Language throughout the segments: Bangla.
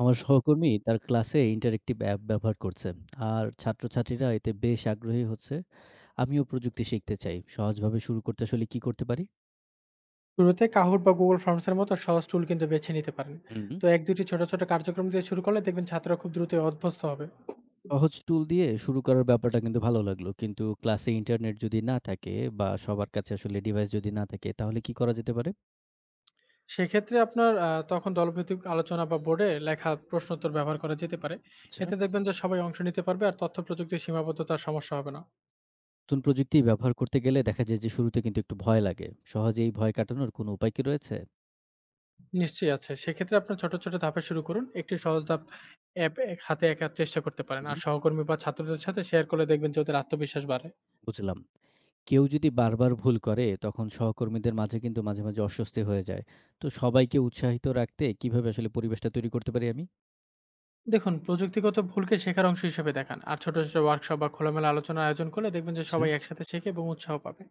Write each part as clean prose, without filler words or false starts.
আমার সহকর্মী তার ক্লাসে ইন্টারেক্টিভ অ্যাপ ব্যবহার করছে আর ছাত্রছাত্রীরা এতে বেশ আগ্রহী হচ্ছে। আমিও প্রযুক্তি শিখতে চাই, সহজভাবে শুরু করতে আসলে কি করতে পারি? শুরুতে কাহুর বা Google Forms এর মতো সহজ টুল কিন্তু বেছে নিতে পারেন। হুম। তো ১-২টি ছোট, ছোট কার্যক্রম দিয়ে শুরু করলে দেখবেন ছাত্ররা খুব দ্রুতই অভ্যস্ত হবে। সহজ টুল দিয়ে শুরু করার ব্যাপারটা কিন্তু ভালো লাগলো, কিন্তু ক্লাসে ইন্টারনেট যদি না থাকে বা সবার কাছে আসলে ডিভাইস যদি না থাকে তাহলে কি করা যেতে পারে? সেক্ষেত্রে আপনার তখন দলভিত্তিক আলোচনা বা বোর্ডে লেখা প্রশ্নোত্তর ব্যবহার করা যেতে পারে। আচ্ছা। এতে দেখবেন যে সবাই অংশ নিতে পারবে আর তথ্য প্রযুক্তির সীমাবদ্ধতার সমস্যা হবে না। নতুন প্রযুক্তি ব্যবহার করতে গেলে দেখা যায় যে শুরুতে কিন্তু একটু ভয় লাগে। সহজে এই ভয় কাটানোর কোনো উপায় কি রয়েছে? নিশ্চয়ই আছে। সেক্ষেত্রে আপনার ছোট, ছোট ধাপে শুরু করুন। একটি সহজ ধাপ অ্যাপ এক হাতে একার চেষ্টা করতে পারেন। হুম। আর সহকর্মী বা ছাত্রদের সাথে শেয়ার করলে দেখবেন যে ওদের আত্মবিশ্বাস বাড়ে। বুঝলাম। কেউ যদি বারবার ভুল করে, তখন সহকর্মীদের মাঝে কিন্তু মাঝে, মাঝে অস্বস্তি হয়ে যায়। তো সবাইকে উৎসাহিত রাখতে কিভাবে আসলে পরিবেশটা তৈরি করতে পারি আমি? দেখুন, প্রযুক্তিগত ভুলকে শেখার অংশ হিসেবে দেখান। আর ছোট, ছোট ওয়ার্কশপ বা খোলামেলা আলোচনার আয়োজন করলে দেখবেন যে আচ্ছা। সবাই একসাথে শেখে এবং উৎসাহ পাবে।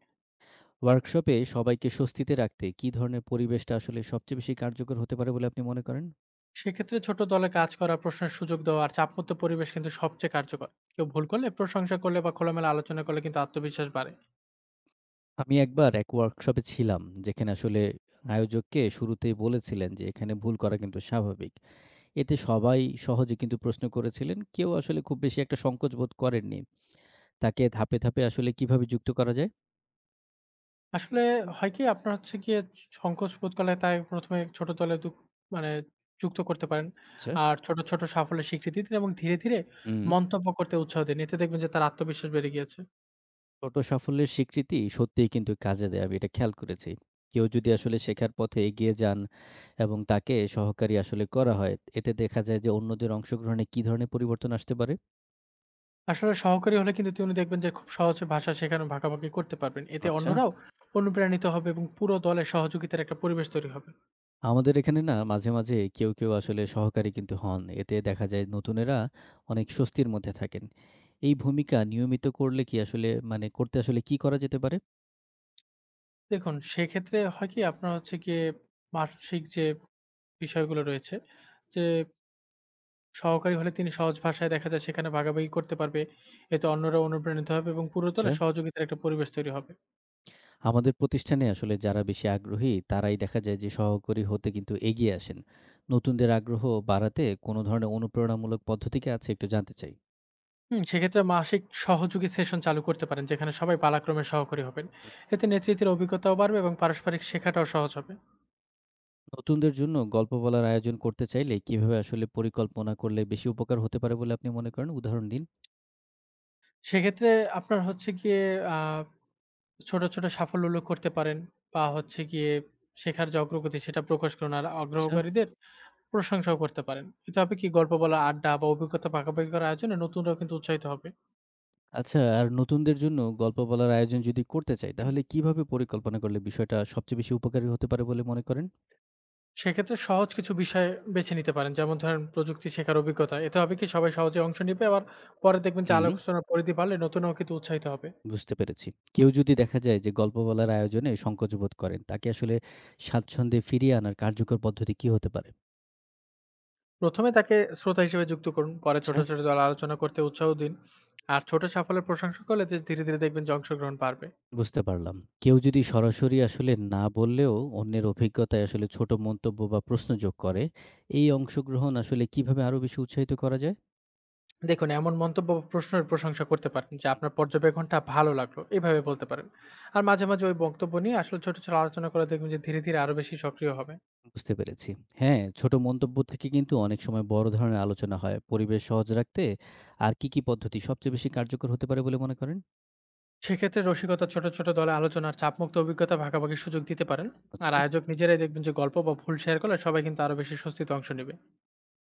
ওয়ার্কশপে সবাইকে স্বস্তিতে রাখতে কি ধরনের পরিবেশটা আসলে সবচেয়ে বেশি কার্যকর হতে পারে বলে আপনি মনে করেন? সেক্ষেত্রে ছোট দলে কাজ করা, প্রশ্নের সুযোগ দেওয়া আর চাপমুক্ত পরিবেশ কিন্তু সবচেয়ে কার্যকর। কেউ ভুল করলে প্রশংসা করলে বা খোলামেলা আলোচনা করলে কিন্তু আত্মবিশ্বাস বাড়ে। আমি একবার এক ওয়ার্কশপে ছিলাম, যেখানে আসলে আয়োজককে শুরুতেই বলেছিলেন যে, "এখানে ভুল করা কিন্তু স্বাভাবিক।" এতে সবাই সহজে কিন্তু প্রশ্ন করেছিলেন। কেউ আসলে খুব বেশি একটা সংকোচ বোধ করেননি। তাকে ধাপে, ধাপে আসলে কিভাবে যুক্ত করা যায়? আসলে হয় কি আপনার হচ্ছে গিয়ে সংকোচ বোধ করলে তাই ১ম এ ছোট দলে দু মানে যুক্ত করতে পারেন। আচ্ছা। আর ছোট, ছোট সাফল্যের স্বীকৃতি দিন এবং ধীরে, ধীরে হুম। মন্তব্য করতে উৎসাহ দিন। এতে দেখবেন যে তার আত্মবিশ্বাস বেড়ে গিয়েছে। ছোট সাফল্যের স্বীকৃতি সত্যিই কিন্তু কাজে দেয়, আমি এটা খেয়াল করেছি। কেউ যদি আসলে শেখার পথে এগিয়ে যান এবং তাকে সহকারী আসলে করা হয়, এতে দেখা যায় যে অন্যদের অংশগ্রহণে কি ধরনের পরিবর্তন আসতে পারে? আসলে সহকারী হলে কিন্তু তিনি দেখবেন যে খুব সহজে ভাষা শেখানো ভাগাভাগি করতে পারবেন। এতে আচ্ছা। অন্যরাও অনুপ্রাণিত হবে এবং পুরো দলে সহযোগিতার একটা পরিবেশ তৈরি হবে। আমাদের এখানে না মাঝে, মাঝে কেউ, কেউ আসলে সহকারী কিন্তু হন। এতে দেখা যায় নতুনেরা অনেক স্বস্তির মধ্যে থাকেন। এই ভূমিকা নিয়মিত করলে কি আসলে করতে আসলে কি করা যেতে পারে? দেখুন সেক্ষেত্রে হয় কি আপনার হচ্ছে গিয়ে মানসিক যে বিষয়গুলো রয়েছে যে সহকারী হলে তিনি সহজ ভাষায় দেখা যায় সেখানে ভাগাভাগি করতে পারবে। এতে অন্যরাও অনুপ্রাণিত হবে এবং পুরো আচ্ছা। দলে সহযোগিতার একটা পরিবেশ তৈরি হবে। আমাদের প্রতিষ্ঠানে আসলে যারা বেশি আগ্রহী তারাই দেখা যায় যে সহকারী হতে কিন্তু এগিয়ে আসেন। নতুনদের আগ্রহ বাড়াতে কোনো ধরনের অনুপ্রেরণামূলক পদ্ধতি কি আছে, একটু জানতে চাই। হুম, সেক্ষেত্রে মাসিক সহযোগী সেশন চালু করতে পারেন যেখানে সবাই পালাক্রমে সহকারী হবেন। হুম। এতে নেতৃত্বের অভিজ্ঞতাও বাড়বে এবং পারস্পরিক শেখাটাও সহজ হবে। নতুনদের জন্য গল্প বলার আয়োজন করতে চাইলে কিভাবে আসলে পরিকল্পনা করলে বেশি উপকার হতে পারে বলে আপনি মনে করেন? উদাহরণ দিন। সেক্ষেত্রে আপনার হচ্ছে গিয়ে আ ছোট, ছোট সাফল্য উল্লেখ করতে পারেন বা হচ্ছে গিয়ে শেখার যে অগ্রগতি সেটা প্রকাশ করুন। আর আচ্ছা। আগ্রহকারীদের প্রশংসাও করতে পারেন। এতে হবে কি গল্প বলা, আড্ডা বা অভিজ্ঞতা ভাগাভাগি করার আয়োজনে নতুনরাও কিন্তু উৎসাহিত হবে। আচ্ছা, আর নতুনদের জন্য গল্প বলার আয়োজন যদি করতে চাই তাহলে কিভাবে পরিকল্পনা করলে বিষয়টা সবচেয়ে বেশি উপকারী হতে পারে বলে মনে করেন? সেক্ষেত্রে সহজ কিছু বিষয় বেছে নিতে পারেন। যেমন ধরেন প্রযুক্তি শেখার অভিজ্ঞতা। এতে হবে কি সবাই সহজে অংশ নিবে আবার পরে দেখবেন যে হুম। আলোচনার পরিধি বাড়লে নতুনরাও কিন্তু উৎসাহিত হবে। বুঝতে পেরেছি। কেউ যদি দেখা যায় যে গল্প বলার আয়োজনে সংকোচ বোধ করেন, তাকে আসলে স্বাচ্ছন্দ্যে ফিরিয়ে আনার কার্যকর পদ্ধতি কি হতে পারে? প্রথমে তাকে শ্রোতা হিসেবে যুক্ত করুন। পরে আচ্ছা। ছোট, ছোট দলে আলোচনা করতে উৎসাহ দিন। আর ছোট সাফল্যের প্রশংসা করলে ধীরে, ধীরে দেখবেন যে অংশগ্রহণ বাড়বে। বুঝতে পারলাম। কেউ যদি সরাসরি আসলে না বললেও অন্যের অভিজ্ঞতায় আসলে ছোট মন্তব্য বা প্রশ্ন যোগ করে, এই অংশগ্রহণ আসলে কিভাবে আরো বেশি উৎসাহিত করা যায়? দেখুন, এমন মন্তব্য বা প্রশ্নের প্রশংসা করতে পারেন যে হুম। আপনার পর্যবেক্ষণটা ভালো লাগলো। এভাবে বলতে পারেন। আর মাঝে, মাঝে ওই বক্তব্য নিয়ে আসলে ছোট, ছোট আলোচনা করে দেখবেন যে ধীরে, ধীরে আরো বেশি সক্রিয় হবে। বুঝতে পেরেছি। হ্যাঁ, ছোট মন্তব্য থেকে কিন্তু অনেক সময় বড় ধরনের আলোচনা হয়। পরিবেশ সহজ রাখতে আর কি, কি পদ্ধতি সবচেয়ে বেশি কার্যকর হতে পারে বলে মনে করেন? সেক্ষেত্রে রসিকতা ছোট, ছোট দলে আলোচনার চাপমুক্ত অভিজ্ঞতা ভাগাভাগির সুযোগ দিতে পারেন। আর আচ্ছা। আয়োজক নিজেরাই দেখবেন যে গল্প বা ভুল শেয়ার করলে সবাই কিন্তু আরো বেশি স্বস্তিতে অংশ নেবে।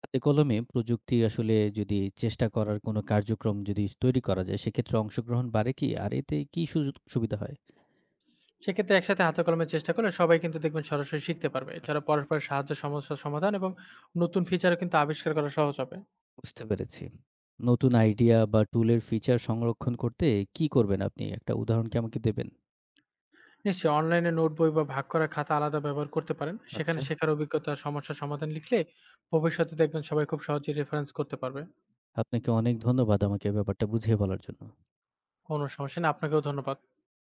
হাতে কলমে প্রযুক্তি আসলে যদি চেষ্টা করার কোনো কার্যক্রম যদি তৈরি করা যায়, সেক্ষেত্রে অংশগ্রহণ বাড়ে কি? আর এতে কি সুযোগ সুবিধা হয়? সেক্ষেত্রে একসাথে হাতে কলমের চেষ্টা করলে সবাই কিন্তু দেখবেন সরাসরি শিখতে পারবে। এছাড়া পরস্পরের সাহায্য, সমস্যার সমাধান এবং নতুন ফিচারও কিন্তু আবিষ্কার করা সহজ হবে। বুঝতে পেরেছি। নতুন আইডিয়া বা টুলের ফিচার সংরক্ষণ করতে কি করবেন আপনি? একটা উদাহরণ কি আমাকে দেবেন? নিশ্চয়ই অনলাইনে নোট বই বা ভাগ করা খাতা আলাদা ব্যবহার করতে পারেন। আচ্ছা। সেখানে শেখার অভিজ্ঞতা আর সমস্যার সমাধান লিখলে ভবিষ্যতে দেখবেন সবাই খুব সহজেই রেফারেন্স করতে পারবে। আপনাকে অনেক ধন্যবাদ আমাকে ব্যাপারটা বুঝিয়ে বলার জন্য। কোনো সমস্যা নেই। আপনাকেও ধন্যবাদ।